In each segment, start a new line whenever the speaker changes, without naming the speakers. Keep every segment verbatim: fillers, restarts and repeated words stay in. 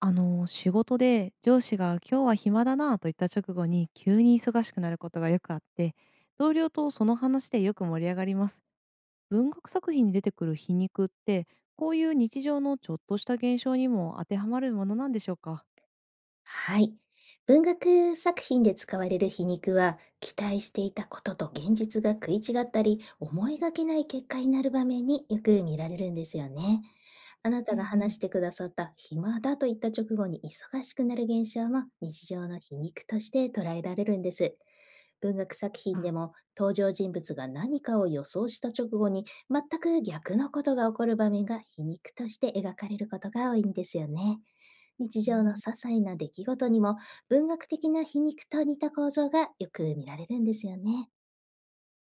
あの、仕事で上司が今日は暇だなと言った直後に急に忙しくなることがよくあって、同僚とその話でよく盛り上がります。文学作品に出てくる皮肉って、こういう日常のちょっとした現象にも当てはまるものなんでしょうか？
はい。文学作品で使われる皮肉は、期待していたことと現実が食い違ったり、思いがけない結果になる場面によく見られるんですよね。あな
う
た
んう
が
ん。
話してくださった暇だと言った直後に忙しくなる現象も日常の皮肉として捉えられるんです。文学作品
あ、
でも登場人物が何かを予想した直後に全く逆のことが起こる場面が皮肉として描かれることが多いんですよね。日
うー
常の些
ん、
細な出来事にも文学的な皮肉と似た構造がよく見られるんですよね。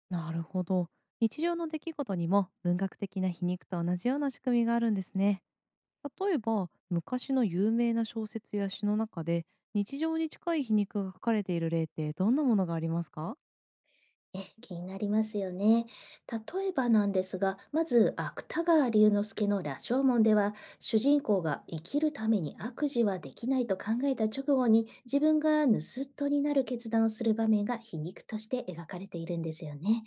なるほど。日常の出来事にも文学的な皮肉と同じような仕組みがあるんですね。例えば昔の有名な小説や詩の中で日常に近い皮肉が書かれている例ってどんなものがありますか？
え、気になりますよね。例えばなんですが、まず芥川龍之介の羅生門では、主人公が生きるために悪事はできないと考えた直後に、自分が盗人になる決断をする場面が皮肉として描かれているんですよね。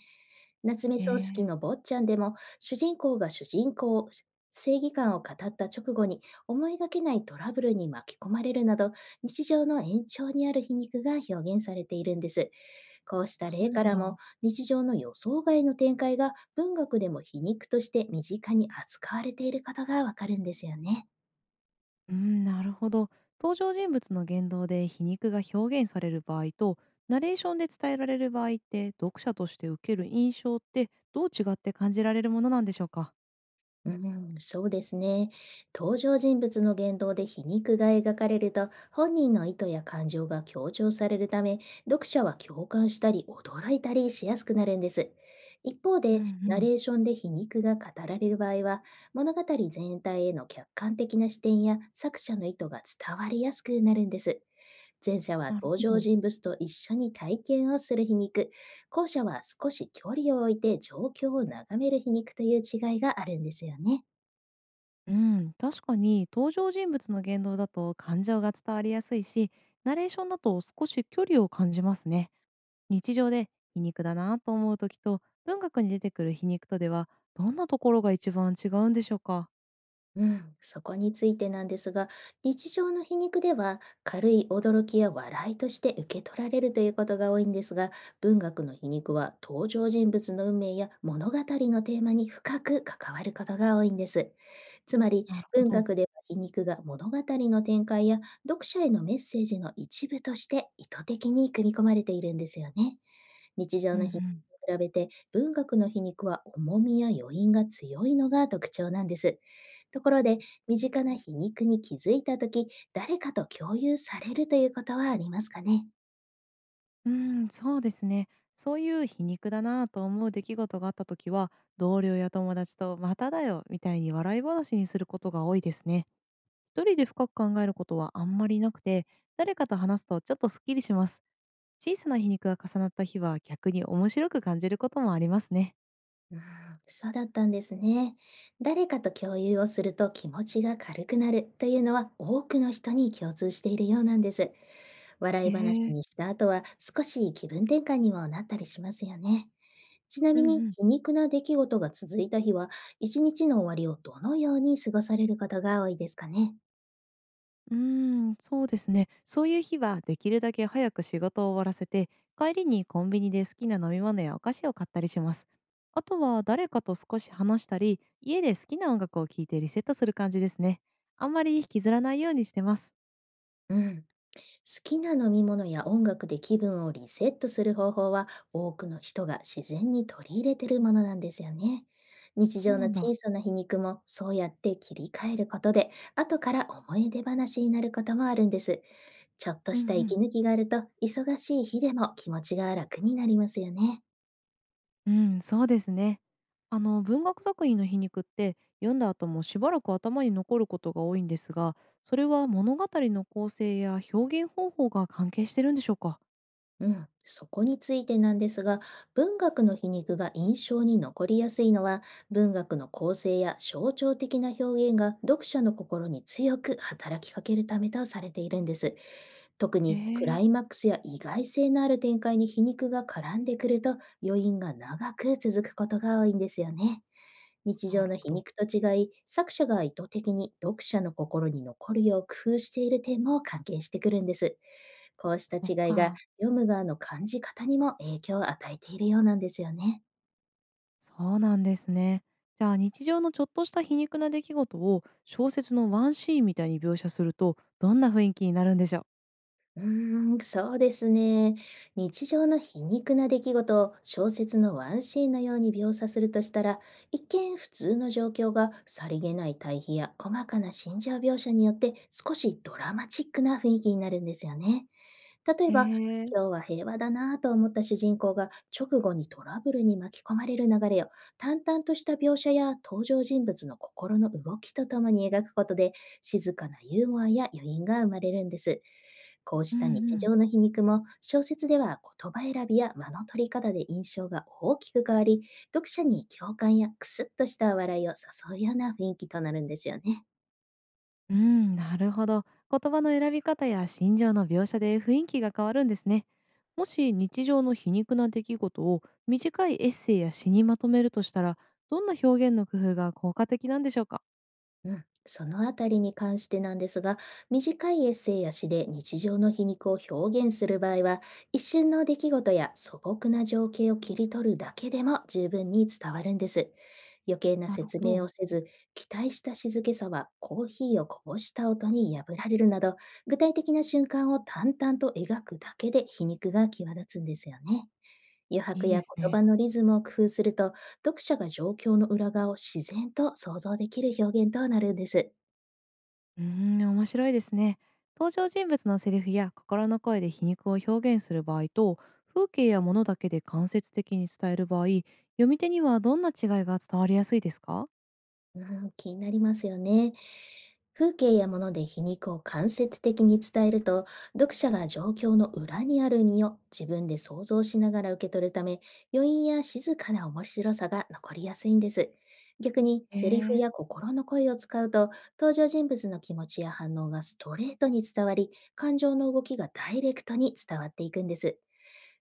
夏目
へ
漱石
え、
の坊っちゃんでも、主人公が主人公、正義感を語った直後に思いがけないトラブルに巻き込まれるなど、日常の延長にある皮肉が表現されているんです。こうした
そう
例か
なん
らも、
だ。
日常の予想外の展開が文学でも皮肉として身近に扱われていることがわかるんですよね。
うん、なるほど。登場人物の言動で皮肉が表現される場合と、ナレーションで伝えられる場合って、読者として受ける印象ってどう違って感じられるものなんでしょうか？
うん、そうですね。登場人物の言動で皮肉が描かれると、本人の意図や感情が強調されるため、読者は共感したり驚いたりしやすくなるんです。一方
うん
で、
う
ナ
ん。
レーションで皮肉が語られる場合は、物語全体への客観的な視点や作者の意図が伝わりやすくなるんです。前者は
なる
登
ほ
場
ど。
人物と一緒に体験をする皮肉、後者は少し距離を置いて状況を眺める皮肉という違いがあるんですよね。
うん、確かに登場人物の言動だと感情が伝わりやすいし、ナレーションだと少し距離を感じますね。日常で皮肉だなと思う時と文学に出てくる皮肉とではどんなところが一番違うんでしょうか？
うん、そこについてなんですが、日常の皮肉では軽い驚きや笑いとして受け取られるということが多いんですが、文学の皮肉は登場人物の運命や物語のテーマに深く関わることが多いんです。つまり、
なるほ
文
ど。
学では皮肉が物語の展開や読者へのメッセージの一部として意図的に組み込まれているんですよね。日
う
常
んう
の皮肉
ん
と比べて文学の皮肉は重みや余韻が強いのが特徴なんです。ところで、身
うん、
近な皮肉に気づいたとき、誰かと共有されるということはありますかね？
ーん、そうですね。そういう皮肉だなぁと思う出来事があった時は、同僚や友達とまただよみたいに笑い話にすることが多いですね。一人で深く考えることはあんまりなくて、誰かと話すとちょっとスッキリします。小さな皮肉が重なった日は逆に面白く感じることもありますね。
うん、そうだったんですね。誰かと共有をすると気持ちが軽くなるというのは多くの人に共通しているようなんです。笑
へ
い話
え、
にした後は少し気分転換にもなったりしますよね。ちな
う
み
んう
に
ん、
皮肉な出来事が続いた日は、一日の終わりをどのように過ごされることが多いですかね？
うーん、そうですね。そういう日はできるだけ早く仕事を終わらせて、帰りにコンビニで好きな飲み物やお菓子を買ったりします。あとは誰かと少し話したり、家で好きな音楽を聴いてリセットする感じですね。あんまり引きずらないようにしてます。
うん。好きな飲み物や音楽で気分をリセットする方法は多くの人が自然に取り入れてるものなんですよね。日
そう
常
な
の
んだ。
小さな皮肉もそうやって切り替えることで後から思い出話になることもあるんです。ちょっと
うんう
した息
ん。
抜きがあると忙しい日でも気持ちが楽になりますよね。
うん、そうですね。あの文学作品の皮肉って読んだ後もしばらく頭に残ることが多いんですが、それは物語の構成や表現方法が関係してるんでしょうか。
うん、そこについてなんですが、文学の皮肉が印象に残りやすいのは、文学の構成や象徴的な表現が読者の心に強く働きかけるためとされているんです。特
へ
にクラ
え、
イマックスや意外性のある展開に皮肉が絡んでくると、余韻が長く続くことが多いんですよね。日
な
常
る
の
ほ
皮
ど。
肉と違い、作者が意図的に読者の心に残るよう工夫している点も関係してくるんです。こうした
そっ
違いが
か、
ヨムガの感じ方にも影響を与えているようなんですよね。
そうなんですね。じゃあ日常のちょっとした皮肉な出来事を小説のワンシーンみたいに描写するとどんな雰囲気になるんでしょ
うーん、そうですね。日常の皮肉な出来事を小説のワンシーンのように描写するとしたら、一見普通の状況がさりげない対比や細かな心情描写によって少しドラマチックな雰囲気になるんですよね。例
う？
え
へ
ば、
え。
今日は平和だなぁと思った主人公が直後にトラブルに巻き込まれる流れを、淡々とした描写や登場人物の心の動きとともに描くことで静かなユーモアや余韻が生まれるんです。こう
う？
し
う
た
ん、う
日
ん。
常の皮肉も小説では言葉選びや間の取り方で印象が大きく変わり、読者に共感やクスッとした笑いを誘うような雰囲気となるんですよね。
うん、なるほど。言葉の選び方や心情の描写で雰囲気が変わるんですね。もし日常の皮肉な出来事を短いエッセイや詩にまとめるとしたら、どんな表現の工夫が効果的なんでしょうか？
うん、そのあたりに関してなんですが、短いエッセイや詩で日常の皮肉を表現する場合は、一瞬の出来事や素朴な情景を切り取るだけでも十分に伝わるんです。余計な
なるほ
説明
ど。
をせず、期待した静けさはコーヒーをこぼした音に破られるなど、具体的な瞬間を淡々と描くだけで皮肉が際立つんですよね。余
い
白
いで
や
す
言
ね。
葉のリズムを工夫すると、読者が状況の裏側を自然と想像できる表現となるんです。
うーん、面白いですね。登場人物のセリフや心の声で皮肉を表現する場合と、風景や物だけで間接的に伝える場合、読み手にはどんな違いが伝わりやすいですか？
うん、気になりますよね。風景や物で皮肉を間接的に伝えると、読者が状況の裏にある意味を自分で想像しながら受け取るため、余韻や静かな面白さが残りやすいんです。逆に、
へ
セリフ
え、
や心の声を使うと、登場人物の気持ちや反応がストレートに伝わり、感情の動きがダイレクトに伝わっていくんです。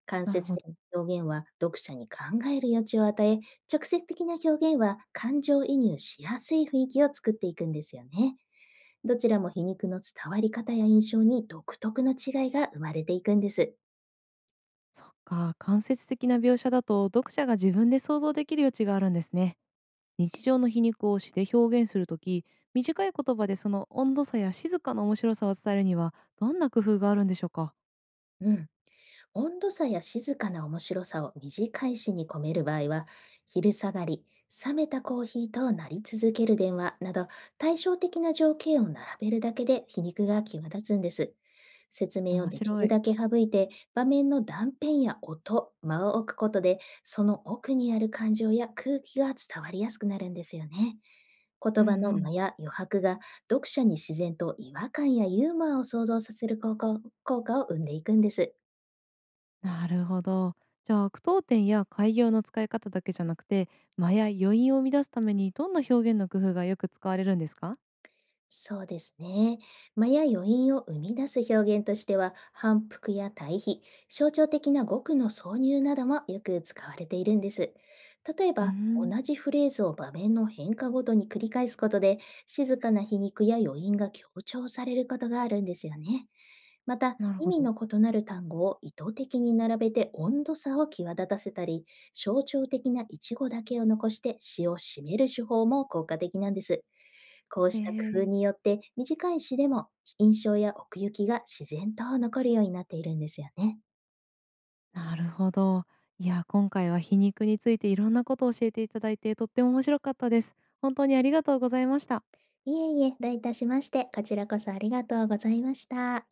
間
な
接
るほ
的
ど。
な表現は読者に考える余地を与え、直接的な表現は感情移入しやすい雰囲気を作っていくんですよね。どちらも皮肉の伝わり方や印象に独特の違いが生まれていくんです。
そっか、間接的な描写だと読者が自分で想像できる余地があるんですね。日常の皮肉を詩で表現するとき、短い言葉でその温度差や静かな面白さを伝えるには、どんな工夫があるんでしょうか？
うん。温度差や静かな面白さを短い詩に込める場合は、昼下がり、冷めたコーヒーとなり続ける電話など対照的な条件を並べるだけで皮肉が際立つんです。説明を
面
でき
白
る
い。
だけ省いて、場面の断片や音、間を置くことで、その奥にある感情や空気が伝わりやすくなるんですよね。
う
言
んう
葉の
ん。
間や余白が読者に自然と違和感やユーモアを想像させる効果を効果を生んでいくんです。
なるほど。じゃあ句読点や改行の使い方だけじゃなくて間や余韻を生み出すためにどんな表現の工夫がよく使われるんですか？
そうですね。間や余韻を生み出す表現としては、反復や対比、象徴的な語句の挿入などもよく使われているんです。例え
うー
ば、同
ん、
じフレーズを場面の変化ごとに繰り返すことで、静かな皮肉や余韻が強調されることがあるんですよね。また、
なる
意
ほ
味
ど。
の異なる単語を意図的に並べて温度差を際立たせたり、象徴的なイチゴだけを残して詩を締める手法も効果的なんです。こう
え
した工夫
ー、
によって短い詩でも印象や奥行きが自然と残るようになっているんですよね。
なるほど。いや、今回は皮肉についていろんなことを教えていただいてとっても面白かったです。本当にありがとうございました。
いえいえ、どういたしまして、こちらこそありがとうございました。